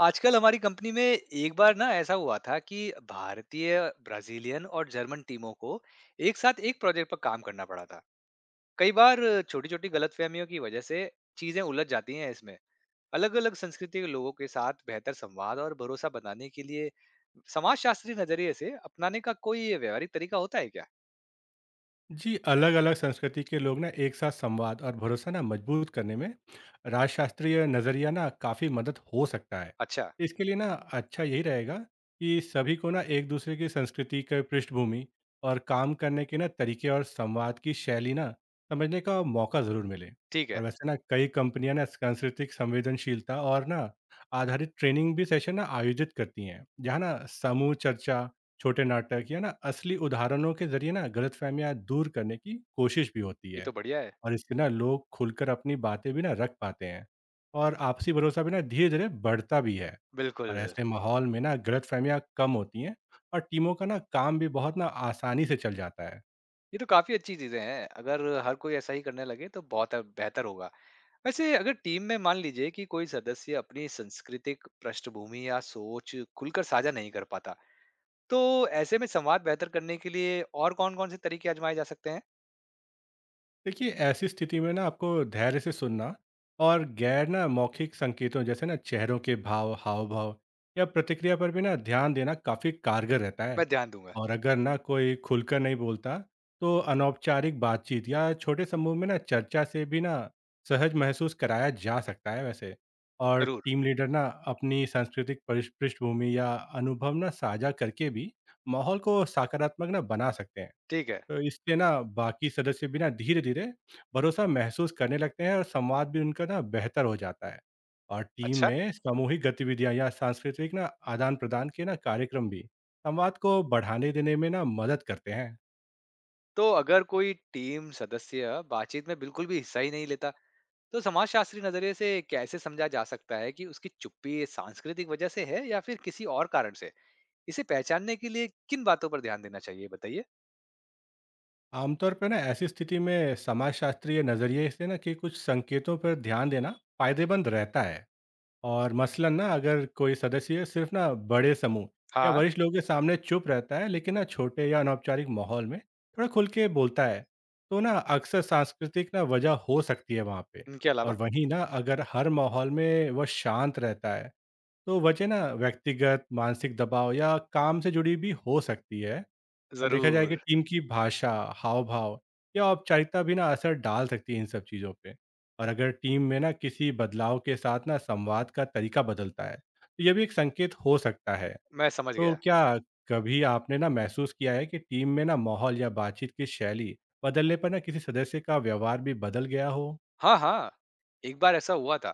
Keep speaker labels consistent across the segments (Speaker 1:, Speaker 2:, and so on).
Speaker 1: आजकल हमारी कंपनी में एक बार ना ऐसा हुआ था कि भारतीय, ब्राजीलियन और जर्मन टीमों को एक साथ एक प्रोजेक्ट पर काम करना पड़ा था। कई बार छोटी-छोटी गलतफहमियों की वजह से चीजें उलझ जाती हैं इसमें। अलग-अलग संस्कृति के लोगों के साथ बेहतर संवाद और भरोसा बनाने के लिए समाजशास्त्री नजरिए से अपनाने का कोई व्यावहारिक तरीका होता है क्या?
Speaker 2: जी अलग-अलग संस्कृति के लोग ना एक साथ संवाद और भरोसा ना मजबूत करने में राजशास्त्रीय नजरिया ना काफी मदद हो सकता है।
Speaker 1: अच्छा,
Speaker 2: इसके लिए ना अच्छा यही रहेगा कि सभी को ना एक दूसरे की संस्कृति के पृष्ठभूमि और काम करने के ना तरीके और संवाद की शैली ना समझने का मौका जरूर मिले।
Speaker 1: ठीक
Speaker 2: और
Speaker 1: है,
Speaker 2: वैसे ना कई कंपनियां ना सांस्कृतिक संवेदनशीलता और ना आधारित ट्रेनिंग भी सेशन ना आयोजित करती हैं जहाँ ना समूह चर्चा, छोटे नाटक या ना असली उदाहरणों के जरिए ना गलतफहमियां दूर करने की कोशिश भी होती
Speaker 1: ये
Speaker 2: है।
Speaker 1: तो बढ़िया है।
Speaker 2: और इससे ना लोग खुलकर अपनी बातें भी ना रख पाते हैं और आपसी भरोसा भी ना धीरे धीरे बढ़ता भी है। और
Speaker 1: बिल्कुल,
Speaker 2: ऐसे माहौल में ना गलतफहमियां कम होती हैं और टीमों का ना काम भी बहुत ना आसानी से चल जाता है।
Speaker 1: ये तो काफी अच्छी चीजें हैं। अगर हर कोई ऐसा ही करने लगे तो बहुत बेहतर होगा। वैसे अगर टीम में मान लीजिए कि कोई सदस्य अपनी सांस्कृतिक पृष्ठभूमि या सोच खुलकर साझा नहीं कर पाता, तो ऐसे में संवाद बेहतर करने के लिए और कौन-कौन से तरीके आजमाए जा सकते हैं?
Speaker 2: देखिए ऐसी स्थिति में ना आपको धैर्य से सुनना और गैर ना मौखिक संकेतों जैसे ना चेहरों के भाव, हाव भाव या प्रतिक्रिया पर भी ना ध्यान देना काफी कारगर रहता है।
Speaker 1: मैं ध्यान दूंगा,
Speaker 2: और अगर ना कोई खुलकर नहीं बोलता तो अनौपचारिक बातचीत या छोटे समूह में ना चर्चा से भी ना सहज महसूस कराया जा सकता है वैसे। और
Speaker 1: ज़रूर।
Speaker 2: टीम लीडर ना अपनी सांस्कृतिक पृष्ठभूमि या अनुभव ना साझा करके भी माहौल को सकारात्मक ना बना सकते हैं।
Speaker 1: ठीक है।
Speaker 2: तो इससे ना बाकी सदस्य भी ना धीरे-धीरे भरोसा महसूस करने लगते हैं और संवाद भी उनका ना बेहतर हो जाता है। और टीम
Speaker 1: अच्छा,
Speaker 2: में सामूहिक गतिविधियाँ या सांस्कृतिक ना आदान-प्रदान के ना कार्यक्रम भी संवाद को बढ़ाने देने में ना मदद करते हैं।
Speaker 1: तो अगर कोई टीम सदस्य बातचीत में बिल्कुल भी हिस्सा ही नहीं लेता, तो समाजशास्त्री नज़रिए से कैसे समझा जा सकता है कि उसकी चुप्पी सांस्कृतिक वजह से है या फिर किसी और कारण से? इसे पहचानने के लिए किन बातों पर ध्यान देना चाहिए, बताइए?
Speaker 2: आमतौर पर ना ऐसी स्थिति में समाजशास्त्रीय नज़रिए से ना कि कुछ संकेतों पर ध्यान देना फ़ायदेमंद रहता है। और मसलन ना अगर कोई सदस्य सिर्फ ना बड़े समूह या
Speaker 1: हाँ,
Speaker 2: वरिष्ठ लोगों के सामने चुप रहता है लेकिन ना छोटे या अनौपचारिक माहौल में थोड़ा खुल के बोलता है तो ना अक्सर सांस्कृतिक ना वजह हो सकती है वहाँ पे।
Speaker 1: इनके
Speaker 2: और
Speaker 1: अलावा?
Speaker 2: वहीं ना अगर हर माहौल में वह शांत रहता है तो वजह ना व्यक्तिगत मानसिक दबाव या काम से जुड़ी भी हो सकती है। देखा जाए कि
Speaker 1: ज़रूर,
Speaker 2: टीम की भाषा, हाव-भाव या औपचारिकता भी ना असर डाल सकती है इन सब चीज़ों पे। और अगर टीम में ना किसी बदलाव के साथ ना संवाद का तरीका बदलता है, तो ये भी एक संकेत हो सकता है।
Speaker 1: मैं समझ
Speaker 2: तो
Speaker 1: गया।
Speaker 2: क्या कभी आपने ना महसूस किया है कि टीम में ना माहौल या बातचीत की शैली बदलने पर ना किसी सदस्य का व्यवहार भी बदल गया हो?
Speaker 1: हाँ, हाँ। एक बार ऐसा हुआ था,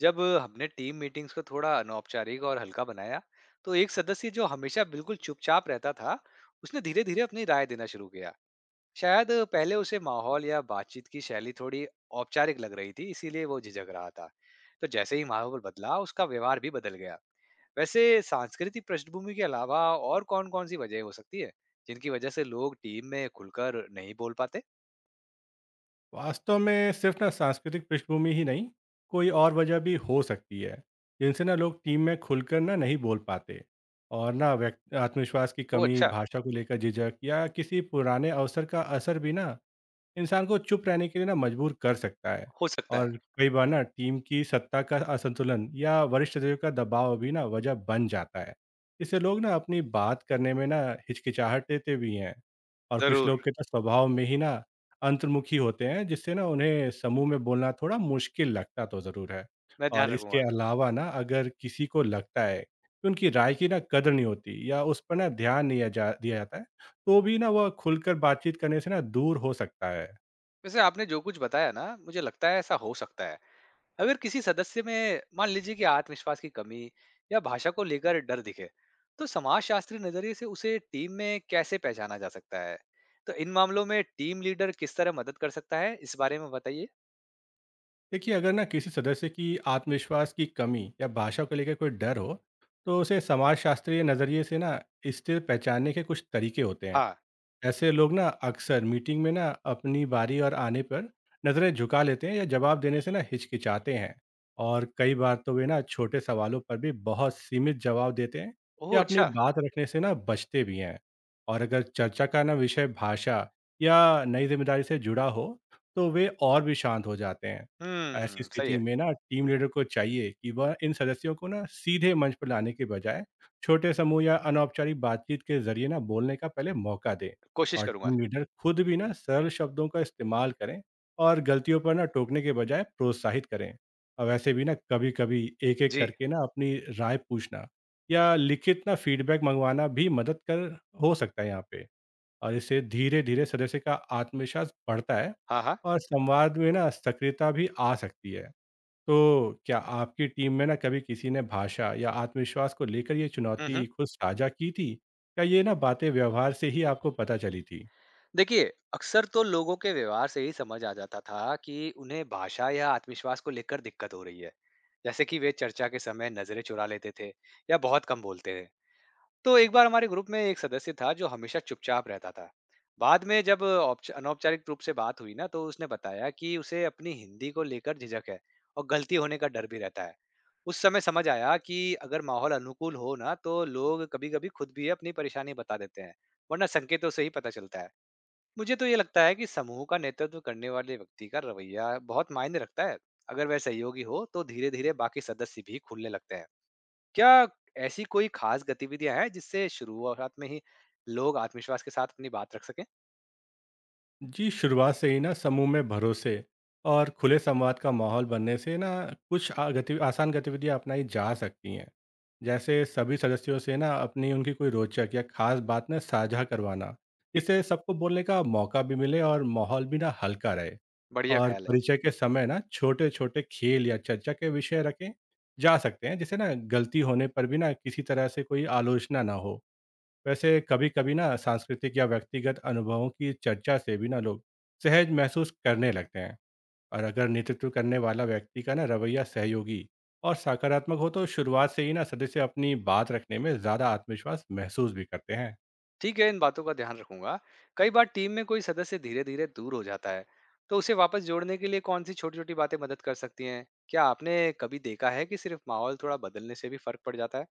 Speaker 1: जब हमने टीम मीटिंग्स को थोड़ा अनौपचारिक और हल्का बनाया, तो एक सदस्य जो हमेशा बिल्कुल चुपचाप रहता था, उसने धीरे-धीरे अपनी राय देना शुरू किया। शायद पहले उसे माहौल या बातचीत की शैली थोड़ी औपचारिक लग रही थी, इसीलिए वो झिझक रहा था। तो जैसे ही माहौल बदला, उसका व्यवहार भी बदल गया। वैसे सांस्कृतिक पृष्ठभूमि के अलावा और कौन-कौन सी वजह हो सकती है, जिनकी वजह से लोग टीम में खुलकर नहीं बोल पाते?
Speaker 2: वास्तव में सिर्फ ना सांस्कृतिक पृष्ठभूमि ही नहीं, कोई और वजह भी हो सकती है जिनसे ना लोग टीम में खुलकर ना नहीं बोल पाते। और ना व्यक्ति आत्मविश्वास की
Speaker 1: ओह
Speaker 2: कमी,
Speaker 1: अच्छा!
Speaker 2: भाषा को लेकर झिझक या किसी पुराने अवसर का असर भी ना इंसान को चुप रहने के लिए ना मजबूर कर सकता है।
Speaker 1: हो सकता है।
Speaker 2: और कई बार ना टीम की सत्ता का असंतुलन या वरिष्ठ अधिकारियों का दबाव भी ना वजह बन जाता है। इससे लोग ना अपनी बात करने में ना हिचकिचाहट देते भी हैं। और कुछ
Speaker 1: ज़रूर,
Speaker 2: लोग के तो स्वभाव में ही ना अंतर्मुखी होते हैं जिससे ना उन्हें समूह में बोलना थोड़ा मुश्किल लगता तो ज़रूर है।
Speaker 1: मैं
Speaker 2: और
Speaker 1: ध्यान
Speaker 2: इसके
Speaker 1: रखूँगा।
Speaker 2: अलावा ना अगर किसी को लगता है कि उनकी राय की ना कदर नहीं होती या उस पर ना ध्यान नहीं जा दिया जाता है तो भी ना वह खुलकर बातचीत करने से ना दूर हो सकता है।
Speaker 1: वैसे आपने जो कुछ बताया ना, मुझे लगता है ऐसा हो सकता है। अगर किसी सदस्य में मान लीजिए कि आत्मविश्वास की कमी या भाषा को लेकर डर दिखे, तो समाजशास्त्री नजरिए से उसे टीम में कैसे पहचाना जा सकता है? तो इन मामलों में टीम लीडर किस तरह मदद कर सकता है, इस बारे में बताइए।
Speaker 2: देखिए अगर ना किसी सदस्य की आत्मविश्वास की कमी या भाषा को लेकर कोई डर हो तो उसे समाजशास्त्रीय नज़रिए से ना इसे पहचानने के कुछ तरीके होते हैं।
Speaker 1: हाँ।
Speaker 2: ऐसे लोग ना अक्सर मीटिंग में ना अपनी बारी और आने पर नज़रें झुका लेते हैं या जवाब देने से ना हिचकिचाते हैं। और कई बार तो वे ना छोटे सवालों पर भी बहुत सीमित जवाब देते हैं या
Speaker 1: ओह!
Speaker 2: अपनी
Speaker 1: अच्छा।
Speaker 2: बात रखने से ना बचते भी हैं। और अगर चर्चा का ना विषय भाषा या नई जिम्मेदारी से जुड़ा हो तो वे और भी शांत हो जाते हैं। ऐसी
Speaker 1: हुँ, सही
Speaker 2: स्थिति
Speaker 1: है।
Speaker 2: में ना टीम लीडर को चाहिए कि वह इन सदस्यों को ना सीधे मंच पर लाने के बजाय छोटे समूह या अनौपचारिक बातचीत के जरिए ना बोलने का पहले मौका दें।
Speaker 1: कोशिश
Speaker 2: और
Speaker 1: करूँगा।
Speaker 2: टीम लीडर खुद भी ना सरल शब्दों का इस्तेमाल करें और गलतियों पर ना टोकने के बजाय प्रोत्साहित करें। और वैसे भी ना कभी कभी एक एक
Speaker 1: जी।
Speaker 2: करके ना अपनी राय पूछना या लिखित ना फीडबैक मंगवाना भी मदद कर हो सकता है यहाँ पे। और इससे धीरे धीरे सदस्य का आत्मविश्वास बढ़ता है
Speaker 1: हाँ, हाँ।
Speaker 2: और संवाद में ना सक्रियता भी आ सकती है। तो क्या आपकी टीम में ना कभी किसी ने भाषा या आत्मविश्वास को लेकर ये
Speaker 1: हुँ,
Speaker 2: चुनौती
Speaker 1: हुँ।
Speaker 2: खुद साझा की थी या ये ना बातें व्यवहार से ही आपको पता चली थी?
Speaker 1: देखिए अक्सर तो लोगों के व्यवहार से ही समझ आ जाता था कि उन्हें भाषा या आत्मविश्वास को लेकर दिक्कत हो रही है। जैसे कि वे चर्चा के समय नजरें चुरा लेते थे या बहुत कम बोलते थे। तो एक बार हमारे ग्रुप में एक सदस्य था जो हमेशा चुपचाप रहता था। बाद में जब अनौपचारिक रूप से बात हुई ना तो उसने बताया कि उसे अपनी हिंदी को लेकर झिझक है और गलती होने का डर भी रहता है। उस समय समझ आया कि अगर माहौल अनुकूल हो ना तो लोग कभी-कभी खुद भी अपनी परेशानी बता देते हैं, वरना संकेतों से ही पता चलता है। मुझे तो ये लगता है कि समूह का नेतृत्व करने वाले व्यक्ति का रवैया बहुत मायने रखता है। अगर वह सहयोगी हो तो धीरे धीरे बाकी सदस्य भी खुलने लगते हैं। क्या ऐसी कोई खास गतिविधियां हैं जिससे शुरुआत में ही लोग आत्मविश्वास के साथ अपनी बात रख सकें?
Speaker 2: जी, शुरुआत से ही ना समूह में भरोसे और खुले संवाद का माहौल बनने से ना कुछ आ गति आसान गतिविधियाँ अपनाई जा सकती हैं। जैसे सभी सदस्यों से ना अपनी उनकी कोई रोचक या ख़ास बात ना साझा करवाना। इससे सबको बोलने का मौका भी मिले और माहौल भी ना हल्का रहे।
Speaker 1: बढ़िया
Speaker 2: और
Speaker 1: ख्याल है।
Speaker 2: परिचय के समय ना छोटे-छोटे खेल या चर्चा के विषय रखें जा सकते हैं, जिससे ना गलती होने पर भी ना किसी तरह से कोई आलोचना ना हो। वैसे कभी-कभी ना सांस्कृतिक या व्यक्तिगत अनुभवों की चर्चा से भी ना लोग सहज महसूस करने लगते हैं। और अगर नेतृत्व करने वाला व्यक्ति का ना रवैया सहयोगी और सकारात्मक हो तो शुरुआत से ही ना सदस्य अपनी बात रखने में ज़्यादा आत्मविश्वास महसूस भी करते हैं।
Speaker 1: ठीक है, इन बातों का ध्यान रखूंगा। कई बार टीम में कोई सदस्य धीरे धीरे दूर हो जाता है, तो उसे वापस जोड़ने के लिए कौन सी छोटी छोटी बातें मदद कर सकती हैं? क्या आपने कभी देखा है कि सिर्फ माहौल थोड़ा बदलने से भी फर्क पड़ जाता है?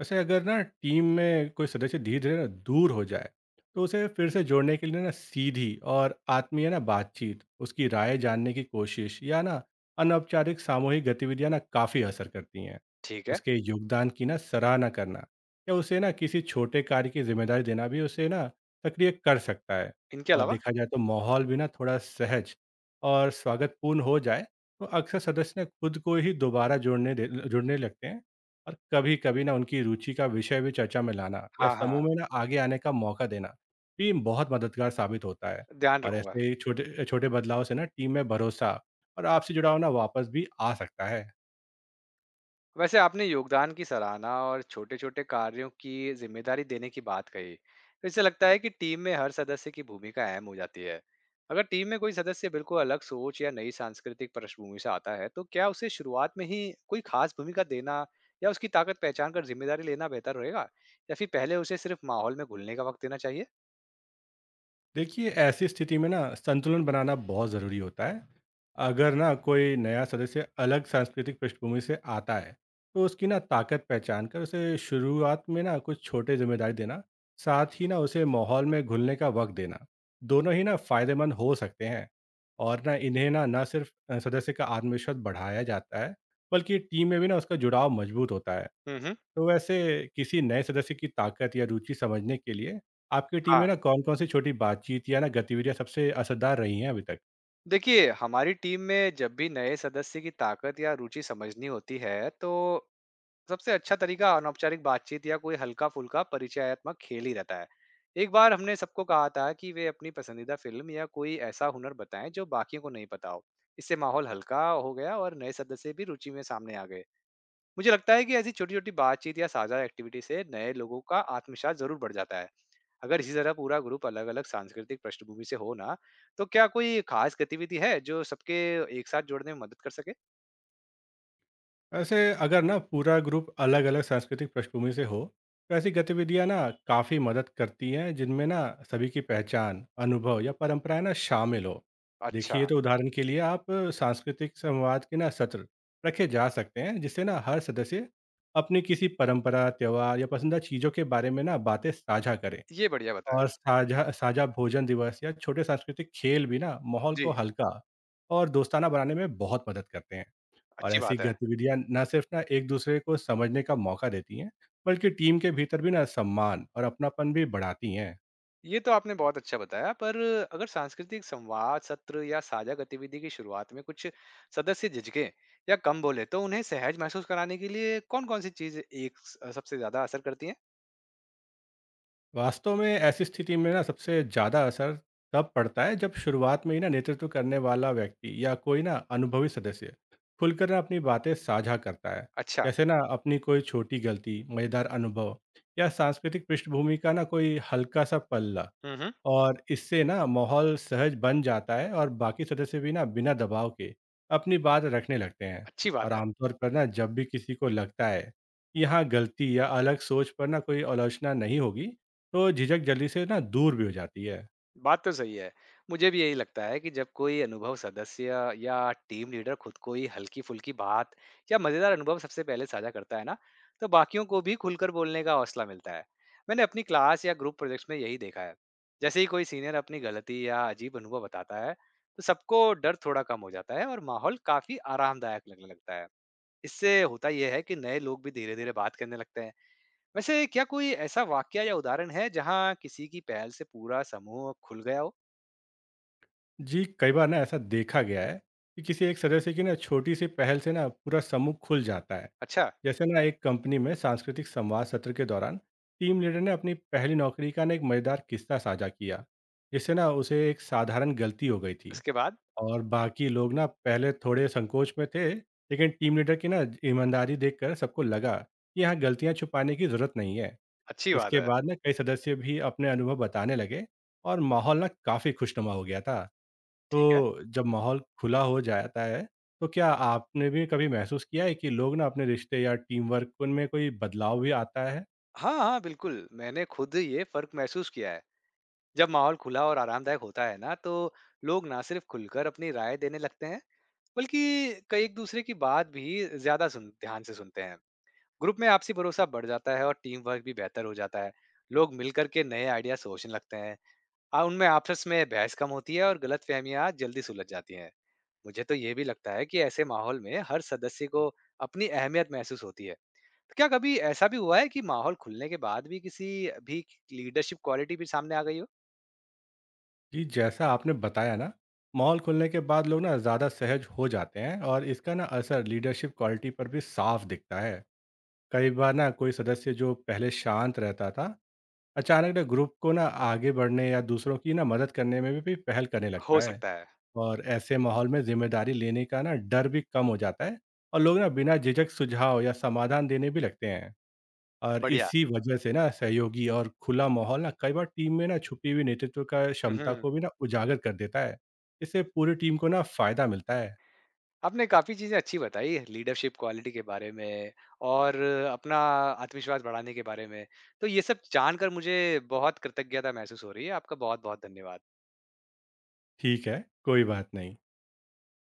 Speaker 2: वैसे अगर ना टीम में कोई सदस्य धीरे धीरे ना दूर हो जाए तो उसे फिर से जोड़ने के लिए ना सीधी और आत्मीय ना बातचीत, उसकी राय जानने की कोशिश या ना अनौपचारिक सामूहिक गतिविधियां ना काफ़ी असर करती हैं।
Speaker 1: ठीक है।
Speaker 2: उसके योगदान की ना सराहना करना या उसे ना किसी छोटे कार्य की जिम्मेदारी देना भी उसे ना सक्रिय कर सकता है।
Speaker 1: इनके
Speaker 2: और
Speaker 1: अलावा?
Speaker 2: देखा जाए तो माहौल भी ना थोड़ा सहज और स्वागतपूर्ण हो जाए तो अक्सर सदस्य ना खुद को ही दोबारा जुड़ने लगते हैं। और कभी-कभी ना उनकी रुचि का विषय भी चर्चा में लाना या
Speaker 1: हाँ हाँ।
Speaker 2: समूह में ना आगे आने का मौका देना, टीम बहुत मददगार साबित होता है।
Speaker 1: ध्यान
Speaker 2: और
Speaker 1: रखूंगा।
Speaker 2: ऐसे छोटे छोटे बदलाव से ना टीम में भरोसा और आपसी जुड़ाव ना वापस भी आ सकता है।
Speaker 1: वैसे आपने योगदान की सराहना और छोटे-छोटे कार्यों की जिम्मेदारी देने की बात कही। तो इससे लगता है कि टीम में हर सदस्य की भूमिका अहम हो जाती है। अगर टीम में कोई सदस्य बिल्कुल अलग सोच या नई सांस्कृतिक पृष्ठभूमि से आता है, तो क्या उसे शुरुआत में ही कोई खास भूमिका देना या उसकी ताकत पहचान कर जिम्मेदारी लेना बेहतर रहेगा? या फिर पहले उसे सिर्फ माहौल में घुलने का वक्त देना चाहिए?
Speaker 2: देखिए ऐसी स्थिति में ना संतुलन बनाना बहुत ज़रूरी होता है। अगर ना कोई नया सदस्य अलग सांस्कृतिक पृष्ठभूमि से आता है तो उसकी ना ताकत पहचान कर उसे शुरुआत में ना कुछ छोटे जिम्मेदारी देना, साथ ही ना उसे माहौल में घुलने का वक्त देना, दोनों ही ना फायदेमंद हो सकते हैं। और ना इन्हें ना ना सिर्फ सदस्य का आत्मविश्वास बढ़ाया जाता है बल्कि टीम में भी ना उसका जुड़ाव मजबूत होता है।
Speaker 1: हम्म।
Speaker 2: तो वैसे किसी नए सदस्य की ताकत या रुचि समझने के लिए आपकी टीम में
Speaker 1: हाँ,
Speaker 2: ना कौन-कौन सी छोटी बातचीत या ना गतिविधियां सबसे असरदार रही हैं अभी तक?
Speaker 1: देखिए हमारी टीम में जब भी नए सदस्य की ताकत या रुचि समझनी होती है, तो सबसे अच्छा तरीका अनौपचारिक बातचीत या कोई हल्का फुल्का परिचयात्मक खेल ही रहता है। एक बार हमने सबको कहा था कि वे अपनी पसंदीदा फिल्म या कोई ऐसा हुनर बताएं जो बाकियों को नहीं पता हो। इससे माहौल हल्का हो गया और नए सदस्य भी रुचि में सामने आ गए। मुझे लगता है कि ऐसी छोटी छोटी बातचीत या साझा एक्टिविटी से नए लोगों का आत्मविश्वास जरूर बढ़ जाता है। अगर इसी तरह पूरा ग्रुप अलग अलग सांस्कृतिक पृष्ठभूमि से हो ना तो क्या कोई खास गतिविधि है जो सबके एक साथ जोड़ने में मदद कर सके?
Speaker 2: वैसे अगर ना पूरा ग्रुप अलग-अलग सांस्कृतिक पृष्ठभूमि से हो, तो ऐसी गतिविधियां ना काफ़ी मदद करती हैं जिनमें ना सभी की पहचान, अनुभव या परंपराएं ना शामिल हो।
Speaker 1: अच्छा,
Speaker 2: देखिए तो उदाहरण के लिए आप सांस्कृतिक संवाद के ना सत्र रखे जा सकते हैं जिससे ना हर सदस्य अपनी किसी परंपरा, त्यौहार या पसंदीदा चीज़ों के बारे में ना बातें साझा करे।
Speaker 1: ये बढ़िया बताया।
Speaker 2: और साझा साझा भोजन दिवस या छोटे सांस्कृतिक खेल भी ना माहौल को
Speaker 1: जी,
Speaker 2: हल्का और दोस्ताना बनाने में बहुत मदद करते हैं। और
Speaker 1: अच्छी
Speaker 2: ऐसी
Speaker 1: बात है।
Speaker 2: गतिविधियां न सिर्फ ना एक दूसरे को समझने का मौका देती हैं बल्कि टीम के भीतर भी ना सम्मान और अपनापन भी बढ़ाती हैं।
Speaker 1: ये तो आपने बहुत अच्छा बताया, पर अगर सांस्कृतिक संवाद सत्र या साझा गतिविधि की शुरुआत में कुछ सदस्य झिझके या कम बोले तो उन्हें सहज महसूस कराने के लिए कौन कौन सी चीज सबसे ज्यादा असर करती है?
Speaker 2: वास्तव में ऐसी स्थिति में ना सबसे ज़्यादा असर तब पड़ता है जब शुरुआत में ही ना नेतृत्व करने वाला व्यक्ति या कोई ना अनुभवी सदस्य खुलकर ना अपनी बातें साझा करता है।
Speaker 1: अच्छा।
Speaker 2: जैसे ना अपनी कोई छोटी गलती, मज़ेदार अनुभव या सांस्कृतिक पृष्ठभूमि का ना कोई हल्का सा पल्ला।
Speaker 1: हम्म।
Speaker 2: और इससे ना माहौल सहज बन जाता है और बाकी सदस्य भी ना बिना दबाव के अपनी बात रखने लगते हैं।
Speaker 1: अच्छी
Speaker 2: और
Speaker 1: बात है।
Speaker 2: आमतौर पर ना जब भी किसी को लगता है कि यहाँ गलती या अलग सोच पर ना कोई आलोचना नहीं होगी, तो झिझक जल्दी से ना दूर भी हो जाती है।
Speaker 1: बात तो सही है। मुझे भी यही लगता है कि जब कोई अनुभव सदस्य या टीम लीडर खुद कोई हल्की-फुल्की बात या मज़ेदार अनुभव सबसे पहले साझा करता है ना, तो बाकियों को भी खुलकर बोलने का हौसला मिलता है। मैंने अपनी क्लास या ग्रुप प्रोजेक्ट्स में यही देखा है। जैसे ही कोई सीनियर अपनी गलती या अजीब अनुभव बताता है, तो सबको डर थोड़ा कम हो जाता है और माहौल काफ़ी आरामदायक लगने लगता है। इससे होता यह है कि नए लोग भी धीरे-धीरे बात करने लगते हैं। वैसे क्या कोई ऐसा वाकया या उदाहरण है, जहाँ किसी की पहल से पूरा समूह खुल गया हो?
Speaker 2: जी कई बार ना ऐसा देखा गया है कि किसी एक सदस्य की ना छोटी सी पहल से ना पूरा समूह खुल जाता है।
Speaker 1: अच्छा,
Speaker 2: जैसे ना एक कंपनी में सांस्कृतिक संवाद सत्र के दौरान टीम लीडर ने अपनी पहली नौकरी का ना एक मजेदार किस्सा साझा किया जिससे ना उसे एक साधारण गलती हो गई थी।
Speaker 1: इसके बाद?
Speaker 2: और बाकी लोग ना पहले थोड़े संकोच में थे लेकिन टीम लीडर की ना ईमानदारी देखकर सबको लगा कि यहाँ गलतियाँ छुपाने की जरूरत नहीं है।
Speaker 1: अच्छी बात
Speaker 2: इसके
Speaker 1: है।
Speaker 2: बाद ना कई सदस्य भी अपने अनुभव बताने लगे और माहौल ना काफी खुशनुमा हो गया था। तो
Speaker 1: ठीक है।
Speaker 2: जब माहौल खुला हो जाता है, तो क्या आपने भी कभी महसूस किया है कि लोग ना अपने रिश्ते या टीम वर्क उनमें कोई बदलाव भी आता है?
Speaker 1: हाँ, हाँ, बिल्कुल, मैंने खुद ये फ़र्क महसूस किया है। जब माहौल खुला और आरामदायक होता है ना, तो लोग ना सिर्फ़ खुलकर अपनी राय देने लगते हैं, बल्कि कई एक-दूसरे की बात भी ज़्यादा सुन ध्यान से सुनते हैं। ग्रुप में आपसी भरोसा बढ़ जाता है और टीम वर्क भी बेहतर हो जाता है। लोग मिलकर के नए आइडिया सोचने लगते हैं। उनमें आपस में बहस कम होती है और गलतफ़हमियाँ जल्दी सुलझ जाती हैं। मुझे तो ये भी लगता है कि ऐसे माहौल में हर सदस्य को अपनी अहमियत महसूस होती है। तो क्या कभी ऐसा भी हुआ है कि माहौल खुलने के बाद भी किसी भी लीडरशिप क्वालिटी भी सामने आ गई हो?
Speaker 2: जी, जैसा आपने बताया ना, माहौल खुलने के बाद लोग ना ज़्यादा सहज हो जाते हैं और इसका ना असर लीडरशिप क्वालिटी पर भी साफ दिखता है। कई बार ना कोई सदस्य जो पहले शांत रहता था, अचानक ना ग्रुप को ना आगे बढ़ने या दूसरों की ना मदद करने में भी पहल करने लगता
Speaker 1: हो
Speaker 2: है।
Speaker 1: सकता है,
Speaker 2: और ऐसे माहौल में ज़िम्मेदारी लेने का ना डर भी कम हो जाता है और लोग ना बिना झिझक सुझाव या समाधान देने भी लगते हैं। और
Speaker 1: बढ़िया।
Speaker 2: इसी वजह से ना सहयोगी और खुला माहौल ना कई बार टीम में ना छुपी हुई नेतृत्व का क्षमता
Speaker 1: हुँ,
Speaker 2: को भी ना उजागर कर देता है। इससे पूरी टीम को ना फायदा मिलता है।
Speaker 1: आपने काफ़ी चीज़ें अच्छी बताई लीडरशिप क्वालिटी के बारे में और अपना आत्मविश्वास बढ़ाने के बारे में। तो ये सब जानकर मुझे बहुत कृतज्ञता महसूस हो रही है। आपका बहुत-बहुत धन्यवाद।
Speaker 2: ठीक है, कोई बात नहीं।